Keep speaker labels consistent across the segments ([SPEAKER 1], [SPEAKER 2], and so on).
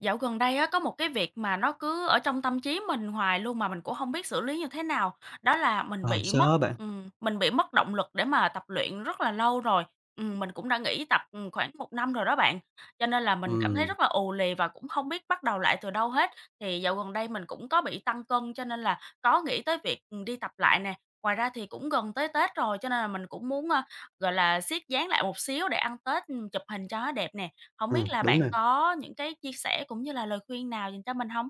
[SPEAKER 1] Dạo gần đây á, có một cái việc mà nó cứ ở trong tâm trí mình hoài luôn mà mình cũng không biết xử lý như thế nào, đó là mình
[SPEAKER 2] Ờ,
[SPEAKER 1] bị mất
[SPEAKER 2] Sao bạn?
[SPEAKER 1] ừm, mình bị mất động lực để mà tập luyện rất là lâu rồi. Mình cũng đã nghỉ tập, khoảng một năm rồi đó bạn, cho nên là mình cảm thấy
[SPEAKER 2] Ừm,
[SPEAKER 1] rất là ù lì và cũng không biết bắt đầu lại từ đâu hết. Thì dạo gần đây mình cũng có bị tăng cân cho nên là có nghĩ tới việc, đi tập lại nè. Ngoài ra thì cũng gần tới Tết rồi cho nên là mình cũng muốn, gọi là, siết dáng lại một xíu để ăn Tết, chụp hình cho nó đẹp nè. Hổng biết là
[SPEAKER 2] Đúng
[SPEAKER 1] bạn
[SPEAKER 2] nè.
[SPEAKER 1] có những cái chia sẻ cũng như là lời khuyên nào dành cho mình hông?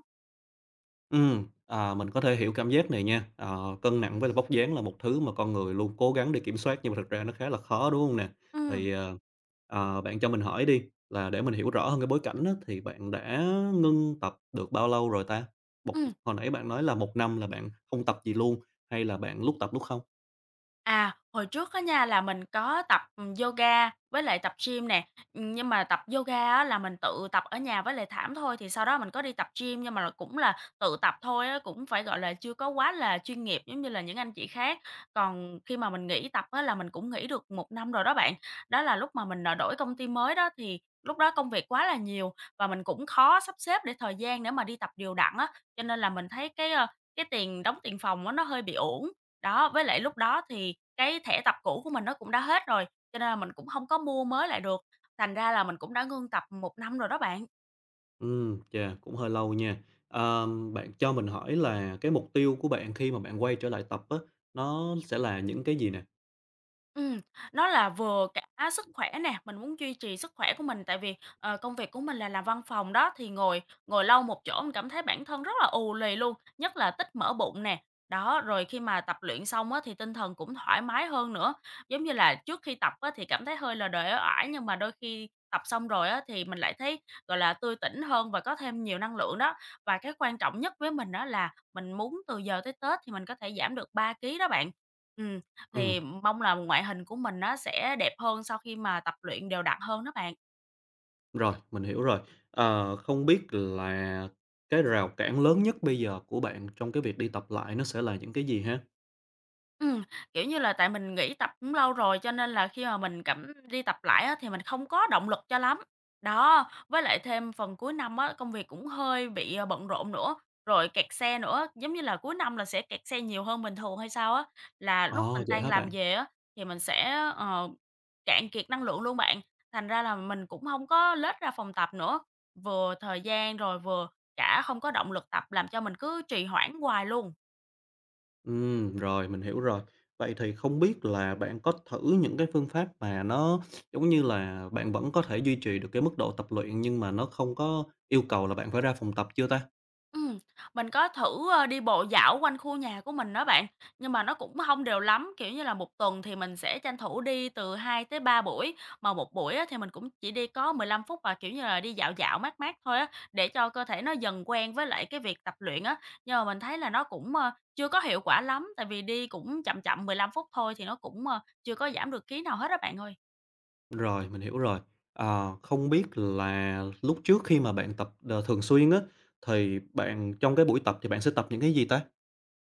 [SPEAKER 2] À, mình có thể hiểu cảm giác này nha. Ờ, Cân nặng với lại vóc dáng là một thứ mà con người luôn cố gắng để kiểm soát nhưng mà thực ra nó khá là khó, đúng không nè?
[SPEAKER 1] Ừm.
[SPEAKER 2] Thì, bạn cho mình hỏi đi, là để mình hiểu rõ hơn cái bối cảnh á, thì bạn đã ngưng tập được bao lâu rồi ta? Một
[SPEAKER 1] Ừm,
[SPEAKER 2] Hồi nãy bạn nói là một năm là bạn không tập gì luôn, hay là bạn lúc tập lúc không?
[SPEAKER 1] À, hồi trước á nha là mình có tập, yoga với lại tập gym nè, nhưng mà tập yoga á là mình tự tập ở nhà với lại thảm thôi, thì sau đó mình có đi tập gym nhưng mà là cũng là tự tập thôi á, cũng phải, gọi là, chưa có quá là chuyên nghiệp giống như là những anh chị khác. Còn khi mà mình nghỉ tập á là mình cũng nghỉ được một năm rồi đó bạn. Đó là lúc mà mình, đổi công ty mới đó, thì lúc đó công việc quá là nhiều và mình cũng khó sắp xếp để thời gian để mà đi tập đều đặn á, cho nên là mình thấy cái tiền đóng tiền phòng á nó hơi bị uổng. Đó, với lại lúc đó thì cái thẻ tập cũ của mình nó cũng đã hết rồi, cho nên là mình cũng không có mua mới lại được, thành ra là mình cũng đã ngưng tập một năm rồi đó bạn.
[SPEAKER 2] Chà, cũng hơi lâu nha. Bạn cho mình hỏi là cái mục tiêu của bạn khi mà bạn quay trở lại tập á, nó sẽ là những cái gì nè?
[SPEAKER 1] Ừm, nó là vừa cả sức khỏe nè, mình muốn duy trì sức khỏe của mình tại vì, công việc của mình là làm văn phòng đó, thì ngồi ngồi lâu một chỗ mình cảm thấy bản thân rất là ù lì luôn, nhất là tích mỡ bụng nè. Đó, rồi khi mà tập luyện xong á thì tinh thần cũng thoải mái hơn nữa. Giống như là trước khi tập á thì cảm thấy hơi là uể ải nhưng mà đôi khi tập xong rồi á thì mình lại thấy, gọi là, tươi tỉnh hơn và có thêm nhiều năng lượng đó. Và cái quan trọng nhất với mình đó là mình muốn từ giờ tới Tết thì mình có thể giảm được 3 ký đó bạn. Ừ
[SPEAKER 2] Ừm,
[SPEAKER 1] thì mong là ngoại hình của mình nó sẽ đẹp hơn sau khi mà tập luyện đều đặn hơn đó bạn.
[SPEAKER 2] Rồi, mình hiểu rồi. Không biết là cái rào cản lớn nhất bây giờ của bạn trong cái việc đi tập lại nó sẽ là những cái gì ha?
[SPEAKER 1] Ừm, Kiểu như là, tại mình nghỉ tập cũng lâu rồi, cho nên là khi mà mình cảm đi tập lại á, thì mình không có động lực cho lắm. Đó, với lại thêm phần cuối năm á, công việc cũng hơi bị, bận rộn nữa, rồi kẹt xe nữa, giống như là, cuối năm là sẽ kẹt xe nhiều hơn bình thường hay sao á, là lúc
[SPEAKER 2] Ồ,
[SPEAKER 1] mình
[SPEAKER 2] vậy
[SPEAKER 1] tan
[SPEAKER 2] hả
[SPEAKER 1] làm
[SPEAKER 2] bạn?
[SPEAKER 1] về á, thì mình sẽ, ờ, cạn kiệt năng lượng luôn bạn. Thành ra là mình cũng hông có lết ra phòng tập nữa, vừa thời gian rồi vừa cả không có động lực tập làm cho mình cứ trì hoãn hoài luôn.
[SPEAKER 2] Rồi, mình hiểu rồi. Vậy thì không biết là bạn có thử những cái phương pháp mà nó, giống như là, bạn vẫn có thể duy trì được cái mức độ tập luyện nhưng mà nó không có yêu cầu là bạn phải ra phòng tập chưa ta?
[SPEAKER 1] Ừm, mình có thử, đi bộ dạo quanh khu nhà của mình đó bạn, nhưng mà nó cũng không đều lắm, kiểu như là, một tuần thì mình sẽ tranh thủ đi từ 2 tới 3 buổi, mà một buổi á thì mình cũng chỉ đi có 15 phút và kiểu như là, đi dạo dạo, mát mát thôi á, để cho cơ thể nó dần quen với lại cái việc tập luyện á. Nhưng mà mình thấy là nó cũng, chưa có hiệu quả lắm, tại vì đi cũng chậm chậm 15 phút thôi thì nó cũng, chưa có giảm được ký nào hết đó bạn ơi.
[SPEAKER 2] Rồi, mình hiểu rồi. Không biết là lúc trước khi mà bạn tập, thường xuyên á, thì bạn trong cái buổi tập thì bạn sẽ tập những cái gì ta?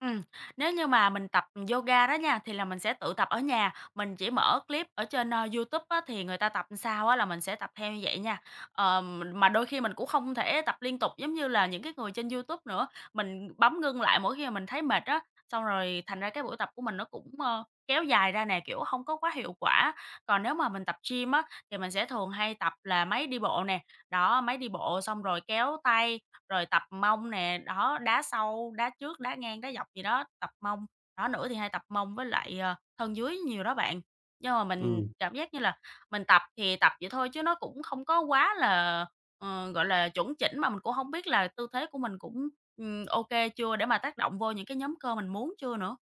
[SPEAKER 1] Ừm, Nếu như mà mình tập yoga đó nha, thì là mình sẽ tự tập ở nhà, mình chỉ mở clip ở trên, YouTube á, thì người ta tập làm sao á là mình sẽ tập theo như vậy nha. Ờ, mình mà đôi khi mình cũng không thể tập liên tục giống như là những cái người trên YouTube nữa, mình bấm ngưng lại mỗi khi mà mình thấy mệt á, xong rồi thành ra cái buổi tập của mình nó cũng, kéo dài ra nè, kiểu, không có quá hiệu quả. Còn nếu mà mình tập gym á, thì mình sẽ thường hay tập là máy đi bộ nè, đó, máy đi bộ xong rồi kéo tay, rồi tập mông nè, đó, đá sâu, đá trước, đá ngang, đá dọc gì đó, tập mông. Đó, nữa thì hay tập mông với lại, thân dưới nhiều đó bạn. Nhưng mà mình
[SPEAKER 2] Ừm.
[SPEAKER 1] cảm giác như là mình tập thì tập vậy thôi chứ nó cũng không có quá là, gọi là, chuẩn chỉnh mà mình cũng hông biết là tư thế của mình cũng, ô kê chưa để mà tác động vô những cái nhóm cơ mình muốn chưa nữa.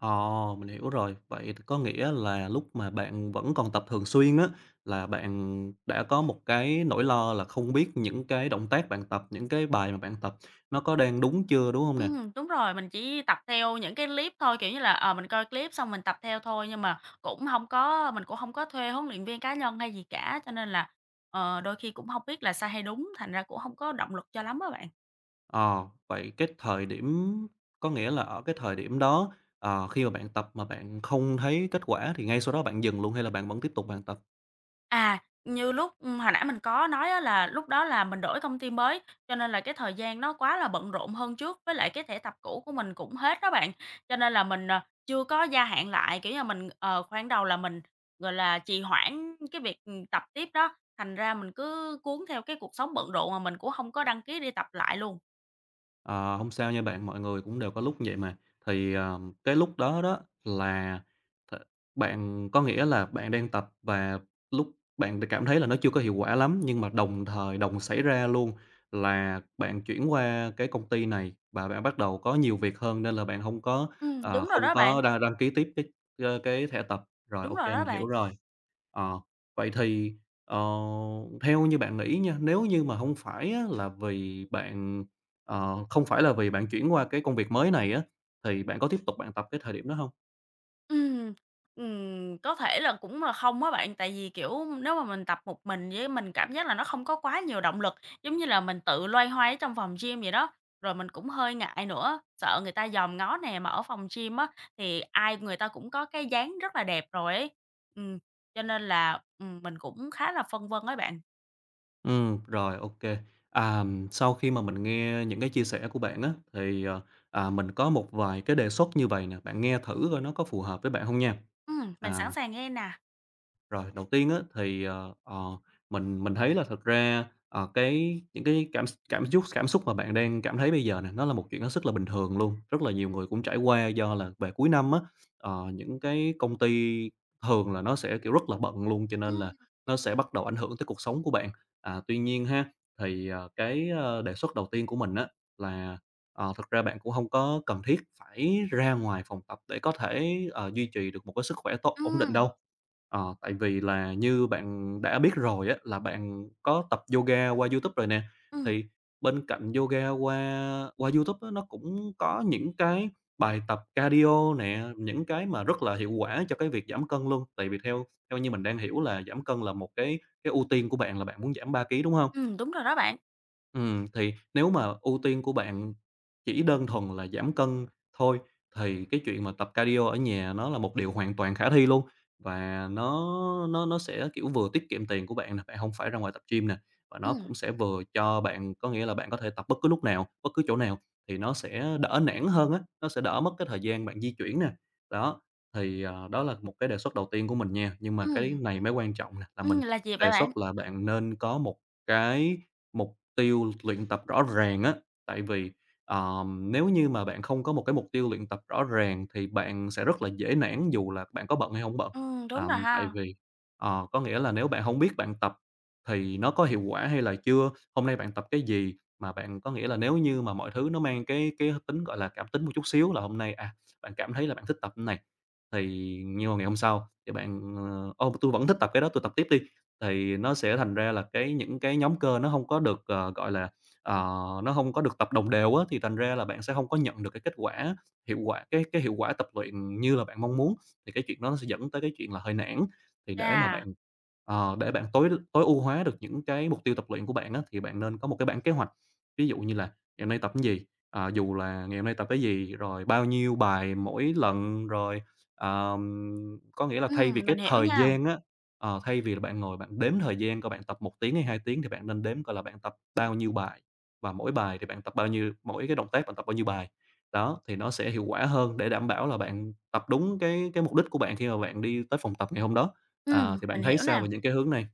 [SPEAKER 2] Ồ, mình hiểu rồi. Vậy có nghĩa là lúc mà bạn vẫn còn tập thường xuyên á, là bạn đã có một cái nỗi lo là không biết những cái động tác bạn tập, những cái bài mà bạn tập nó có đang đúng chưa, đúng không nè?
[SPEAKER 1] Đúng rồi, mình chỉ tập theo những cái clip thôi, kiểu như là, mình coi clip xong mình tập theo thôi, nhưng mà cũng hông có mình cũng hông có thuê huấn luyện viên cá nhân hay gì cả, cho nên là, đôi khi cũng hông biết là sai hay đúng, thành ra cũng hông có động lực cho lắm á bạn.
[SPEAKER 2] Ờ, Vậy cái thời điểm có nghĩa là ở cái thời điểm đó, khi mà bạn tập mà bạn không thấy kết quả thì ngay sau đó bạn dừng luôn hay là bạn vẫn tiếp tục bạn tập?
[SPEAKER 1] À, hồi nãy mình có nói á là lúc đó là mình đổi công ty mới, cho nên là cái thời gian nó quá là bận rộn hơn trước, với lại cái thẻ tập cũ của mình cũng hết đó bạn. Cho nên là mình, chưa có gia hạn lại, kiểu như, mình, khoảng đầu là mình, gọi là, trì hoãn cái việc, tập tiếp đó, thành ra mình cứ cuốn theo cái cuộc sống bận rộn mà mình cũng không có đăng ký đi tập lại luôn.
[SPEAKER 2] Ờ, Hông sao nha bạn, mọi người cũng đều có lúc như vậy mà. Thì, cái lúc đó đó là th bạn có nghĩa là bạn đang tập và lúc bạn cảm thấy là nó chưa có hiệu quả lắm, nhưng mà đồng thời đồng xảy ra luôn là bạn chuyển qua cái công ty này và bạn bắt đầu có nhiều việc hơn nên là bạn không có, ờ,
[SPEAKER 1] Đúng rồi
[SPEAKER 2] không
[SPEAKER 1] đó
[SPEAKER 2] có
[SPEAKER 1] bạn,
[SPEAKER 2] đăng đăng ký tiếp cái thẻ tập. Rồi,
[SPEAKER 1] đúng
[SPEAKER 2] ok
[SPEAKER 1] rồi đó
[SPEAKER 2] mình hiểu
[SPEAKER 1] bạn.
[SPEAKER 2] rồi. Ờ, Vậy thì, ờ, theo như bạn nghĩ nha, nếu như mà không phải á là vì bạn Ờ, không phải là vì bạn chuyển qua cái công việc mới này á, thì bạn có tiếp tục bạn tập cái thời điểm đó hông?
[SPEAKER 1] Ừm, có thể là cũng là không á bạn, tại vì, kiểu, nếu mà mình tập một mình với mình cảm giác là nó không có quá nhiều động lực, giống như là mình tự loay hoay ở trong phòng gym vậy đó. Rồi mình cũng hơi ngại nữa, sợ người ta dòm ngó nè, mà ở phòng gym á, thì ai người ta cũng có cái dáng rất là đẹp rồi ấy. Ừm, cho nên là, mình cũng khá là phân vân ấy bạn.
[SPEAKER 2] Rồi, ô kê. À, sau khi mà mình nghe những cái chia sẻ của bạn á, thì, mình có một vài cái đề xuất như vầy nè, bạn nghe thử coi nó có phù hợp với bạn hông nha.
[SPEAKER 1] Mình
[SPEAKER 2] À
[SPEAKER 1] sẵn sàng nghe nè.
[SPEAKER 2] Rồi, đầu tiên á thì, mình thấy là thật ra, những cái cảm cảm xúc mà bạn đang cảm thấy bây giờ này, nó là một chuyện nó rất là bình thường luôn. Rất là nhiều người cũng trải qua do là về cuối năm á, những cái công ty thường là nó sẽ, kiểu, rất là bận luôn, cho nên
[SPEAKER 1] Ừm,
[SPEAKER 2] là nó sẽ bắt đầu ảnh hưởng tới cuộc sống của bạn. À, tuy nhiên ha, thì, đề xuất đầu tiên của mình á là, thực ra bạn cũng không có cần thiết phải ra ngoài phòng tập để có thể, duy trì được một cái sức khỏe tốt ổn định
[SPEAKER 1] ừm,
[SPEAKER 2] đâu. Tại vì là như bạn đã biết rồi á, là bạn có tập yoga qua YouTube rồi nè,
[SPEAKER 1] ừm,
[SPEAKER 2] thì bên cạnh yoga qua qua YouTube á, nó cũng có những cái bài tập cardio nè, những cái mà rất là hiệu quả cho cái việc giảm cân luôn. Tại vì theo theo như mình đang hiểu là giảm cân là một cái ưu tiên của bạn là bạn muốn giảm 3 ký, đúng không?
[SPEAKER 1] đúng rồi đó bạn.
[SPEAKER 2] Thì nếu mà ưu tiên của bạn chỉ đơn thuần là giảm cân thôi, thì cái chuyện mà tập cardio ở nhà nó là một điều hoàn toàn khả thi luôn, và nó sẽ, kiểu, vừa tiết kiệm tiền của bạn nè, bạn không phải ra ngoài tập gym nè, và nó
[SPEAKER 1] Ừm,
[SPEAKER 2] cũng sẽ vừa cho bạn có nghĩa là bạn có thể tập bất cứ lúc nào, bất cứ chỗ nào, thì nó sẽ đỡ nản hơn á, nó sẽ đỡ mất cái thời gian bạn di chuyển nè. Đó, thì, đó là một cái đề xuất đầu tiên của mình nha, nhưng mà cái
[SPEAKER 1] ừm,
[SPEAKER 2] này mới quan trọng nè, là mình
[SPEAKER 1] là gì
[SPEAKER 2] đề
[SPEAKER 1] vậy bạn?
[SPEAKER 2] xuất là bạn nên có một cái một tiêu luyện tập rõ ràng á, tại vì, nếu như mà bạn không có một cái mục tiêu luyện tập rõ ràng thì bạn sẽ rất là dễ nản dù là bạn có bận hay không bận.
[SPEAKER 1] Đúng rồi
[SPEAKER 2] Tại
[SPEAKER 1] ha.
[SPEAKER 2] vì có nghĩa là nếu bạn không biết bạn tập thì nó có hiệu quả hay là chưa, hôm nay bạn tập cái gì, mà bạn có nghĩa là nếu như mà mọi thứ nó mang cái tính, gọi là, cảm tính một chút xíu là hôm nay, bạn cảm thấy là bạn thích tập cái này, thì nhưng mà ngày hôm sau thì bạn, "Ô, tui vẫn thích tập cái đó, tôi tập tiếp đi." Thì nó sẽ thành ra là những cái nhóm cơ ờ, nó không có được tập đồng đều á, thì thành ra là bạn sẽ không có nhận được cái kết quả hiệu quả cái hiệu quả tập luyện như là bạn mong muốn, thì cái chuyện đó nó sẽ dẫn tới cái chuyện là hơi nản. Thì
[SPEAKER 1] Chà.
[SPEAKER 2] để bạn tối tối ưu hóa được những cái mục tiêu tập luyện của bạn á, thì bạn nên có một cái bảng kế hoạch. Ví dụ như là ngày hôm nay tập cái gì, ờ, dù là ngày hôm nay tập cái gì, rồi bao nhiêu bài mỗi lần, rồi, ờm, có nghĩa là thay vì cái
[SPEAKER 1] Mình hiểu
[SPEAKER 2] thời
[SPEAKER 1] nha.
[SPEAKER 2] gian á. Thay vì là bạn ngồi bạn đếm thời gian coi bạn tập 1 tiếng hay 2 tiếng thì bạn nên đếm coi là bạn tập bao nhiêu bài, và mỗi bài thì bạn tập bao nhiêu mỗi cái động tác bạn tập bao nhiêu bài. Đó, thì nó sẽ hiệu quả hơn để đảm bảo là bạn tập đúng cái mục đích của bạn khi mà bạn đi tới phòng tập ngày hôm đó. À, thì bạn
[SPEAKER 1] Mình
[SPEAKER 2] thấy
[SPEAKER 1] hiểu
[SPEAKER 2] sao
[SPEAKER 1] nè.
[SPEAKER 2] về những cái hướng này?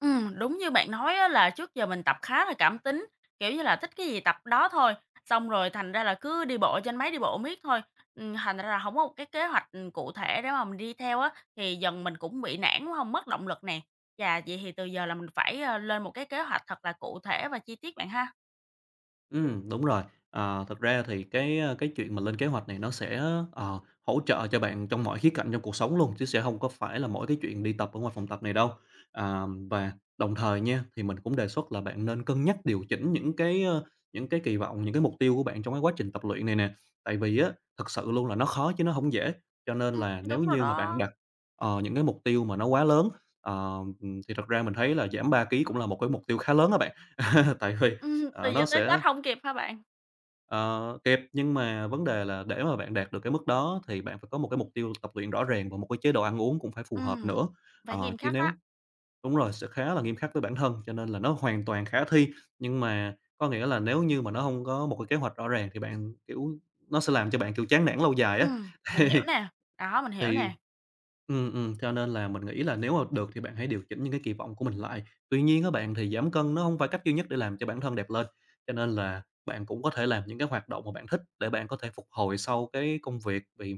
[SPEAKER 1] Đúng như bạn nói á là trước giờ mình tập khá là cảm tính, kiểu như là, thích cái gì tập đó thôi, xong rồi thành ra là cứ đi bộ trên máy đi bộ miết thôi, thành ra là hổng có một cái kế hoạch, cụ thể để mà mình đi theo á, thì dần mình cũng bị nản, đúng hông? Mất động lực nè. Chà, vậy thì từ giờ là mình phải, lên một cái kế hoạch thật là cụ thể và chi tiết bạn ha.
[SPEAKER 2] Đúng rồi. Thật ra thì cái chuyện mà lên kế hoạch này nó sẽ, hỗ trợ cho bạn trong mọi khía cạnh trong cuộc sống luôn, chứ sẽ không có phải là mỗi cái chuyện đi tập ở ngoài phòng tập này đâu. À, và đồng thời nha, thì mình cũng đề xuất là bạn nên cân nhắc điều chỉnh những cái kỳ vọng, những cái mục tiêu của bạn trong cái quá trình tập luyện này nè. Tại vì á, thật sự luôn là nó khó chứ nó không dễ, cho nên
[SPEAKER 1] Ừm.
[SPEAKER 2] là nếu
[SPEAKER 1] Đúng rồi
[SPEAKER 2] như mà bạn
[SPEAKER 1] đó.
[SPEAKER 2] đặt, những cái mục tiêu mà nó quá lớn, ờ, thì thật ra mình thấy là giảm 3 ký cũng là một cái mục tiêu khá lớn á bạn. Tại vì,
[SPEAKER 1] Từ
[SPEAKER 2] ờ,
[SPEAKER 1] giờ
[SPEAKER 2] nó
[SPEAKER 1] tới
[SPEAKER 2] sẽ
[SPEAKER 1] Tết hông kịp hả bạn?
[SPEAKER 2] Ờ, Kịp, nhưng mà vấn đề là để mà bạn đạt được cái mức đó thì bạn phải có một cái mục tiêu tập luyện rõ ràng và một cái chế độ ăn uống cũng phải phù hợp
[SPEAKER 1] Ừm,
[SPEAKER 2] nữa.
[SPEAKER 1] Phải
[SPEAKER 2] Ờ,
[SPEAKER 1] nghiêm
[SPEAKER 2] chứ
[SPEAKER 1] khắc
[SPEAKER 2] nếu
[SPEAKER 1] á.
[SPEAKER 2] Đúng rồi, sẽ khá là nghiêm khắc với bản thân, cho nên là nó hoàn toàn khả thi, nhưng mà có nghĩa là nếu như mà nó không có một cái kế hoạch rõ ràng thì bạn, kiểu, nó sẽ làm cho bạn, kiểu, chán nản lâu dài á.
[SPEAKER 1] Mình hiểu
[SPEAKER 2] Thì
[SPEAKER 1] nè. Đó, mình hiểu
[SPEAKER 2] thì
[SPEAKER 1] nè.
[SPEAKER 2] Cho nên là mình nghĩ là nếu mà được thì bạn hãy điều chỉnh những cái kỳ vọng của mình lại. Tuy nhiên các bạn, thì giảm cân nó không phải cách duy nhất để làm cho bản thân đẹp lên, cho nên là bạn cũng có thể làm những cái hoạt động mà bạn thích để bạn có thể phục hồi sau cái công việc. Vì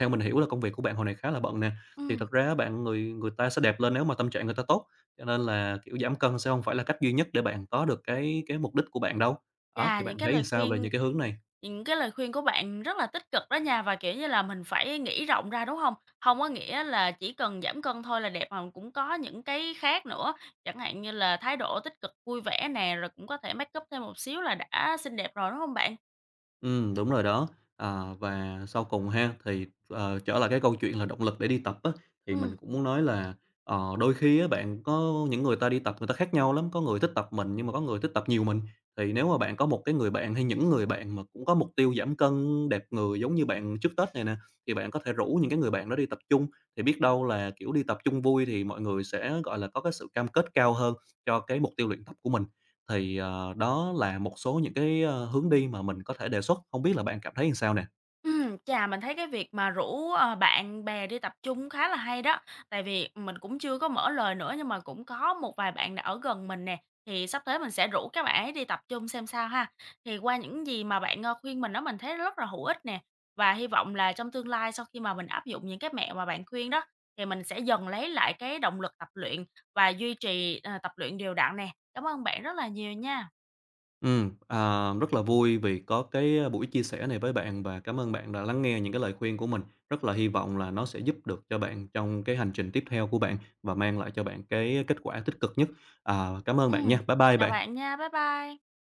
[SPEAKER 2] theo mình hiểu là công việc của bạn hồi này khá là bận nè, thì
[SPEAKER 1] Ừm.
[SPEAKER 2] thật ra bạn người người ta sẽ đẹp lên nếu mà tâm trạng người ta tốt, cho nên là, kiểu, giảm cân sẽ không phải là cách duy nhất để bạn có được cái mục đích của bạn đâu. Đó,
[SPEAKER 1] Chà,
[SPEAKER 2] thì bạn
[SPEAKER 1] những cái
[SPEAKER 2] thấy
[SPEAKER 1] lời
[SPEAKER 2] sao về
[SPEAKER 1] khuyên
[SPEAKER 2] những cái hướng này?
[SPEAKER 1] những cái lời khuyên của bạn rất là tích cực đó nha, và, kiểu như là, mình phải nghĩ rộng ra, đúng không? Không có nghĩa là chỉ cần giảm cân thôi là đẹp, mà cũng có những cái khác nữa, chẳng hạn như là thái độ tích cực, vui vẻ nè, rồi cũng có thể make up thêm một xíu là đã xinh đẹp rồi, đúng không bạn?
[SPEAKER 2] Ừ, đúng rồi đó. À, và sau cùng ha, thì, trở lại cái câu chuyện là động lực để đi tập á, thì mình
[SPEAKER 1] Ừm,
[SPEAKER 2] cũng muốn nói là, đôi khi á bạn có những người ta đi tập người ta khác nhau lắm, có người thích tập mình nhưng mà có người thích tập nhiều mình. Thì nếu mà bạn có một cái người bạn hay những người bạn mà cũng có mục tiêu giảm cân, đẹp người giống như bạn trước Tết này nè, thì bạn có thể rủ những cái người bạn đó đi tập chung, thì biết đâu là, kiểu, đi tập chung vui thì mọi người sẽ, gọi là, có cái sự cam kết cao hơn cho cái mục tiêu luyện tập của mình. Thì, đó là một số những cái, hướng đi mà mình có thể đề xuất, không biết là bạn cảm thấy làm sao nè?
[SPEAKER 1] Chà, mình thấy cái việc mà rủ, bạn bè đi tập chung khá là hay đó, tại vì mình cũng chưa có mở lời nữa nhưng mà cũng có một vài bạn đã ở gần mình nè, thì sắp tới mình sẽ rủ các bạn ấy đi tập chung xem sao ha. Thì qua những gì mà bạn, khuyên mình đó mình thấy rất là hữu ích nè, và hy vọng là trong tương lai sau khi mà mình áp dụng những cái mẹo mà bạn khuyên đó, thì mình sẽ dần lấy lại cái động lực tập luyện và duy trì, tập luyện đều đặn nè. Cảm ơn bạn rất là nhiều nha.
[SPEAKER 2] Ờ, Rất là vui vì có cái buổi chia sẻ này với bạn và cảm ơn bạn đã lắng nghe những cái lời khuyên của mình. Rất là hy vọng là nó sẽ giúp được cho bạn trong cái hành trình tiếp theo của bạn và mang lại cho bạn cái kết quả tích cực nhất. À, cảm ơn bạn nha.
[SPEAKER 1] Ừm,
[SPEAKER 2] Bye bye
[SPEAKER 1] Chào
[SPEAKER 2] bạn.
[SPEAKER 1] bạn nha, bye bye.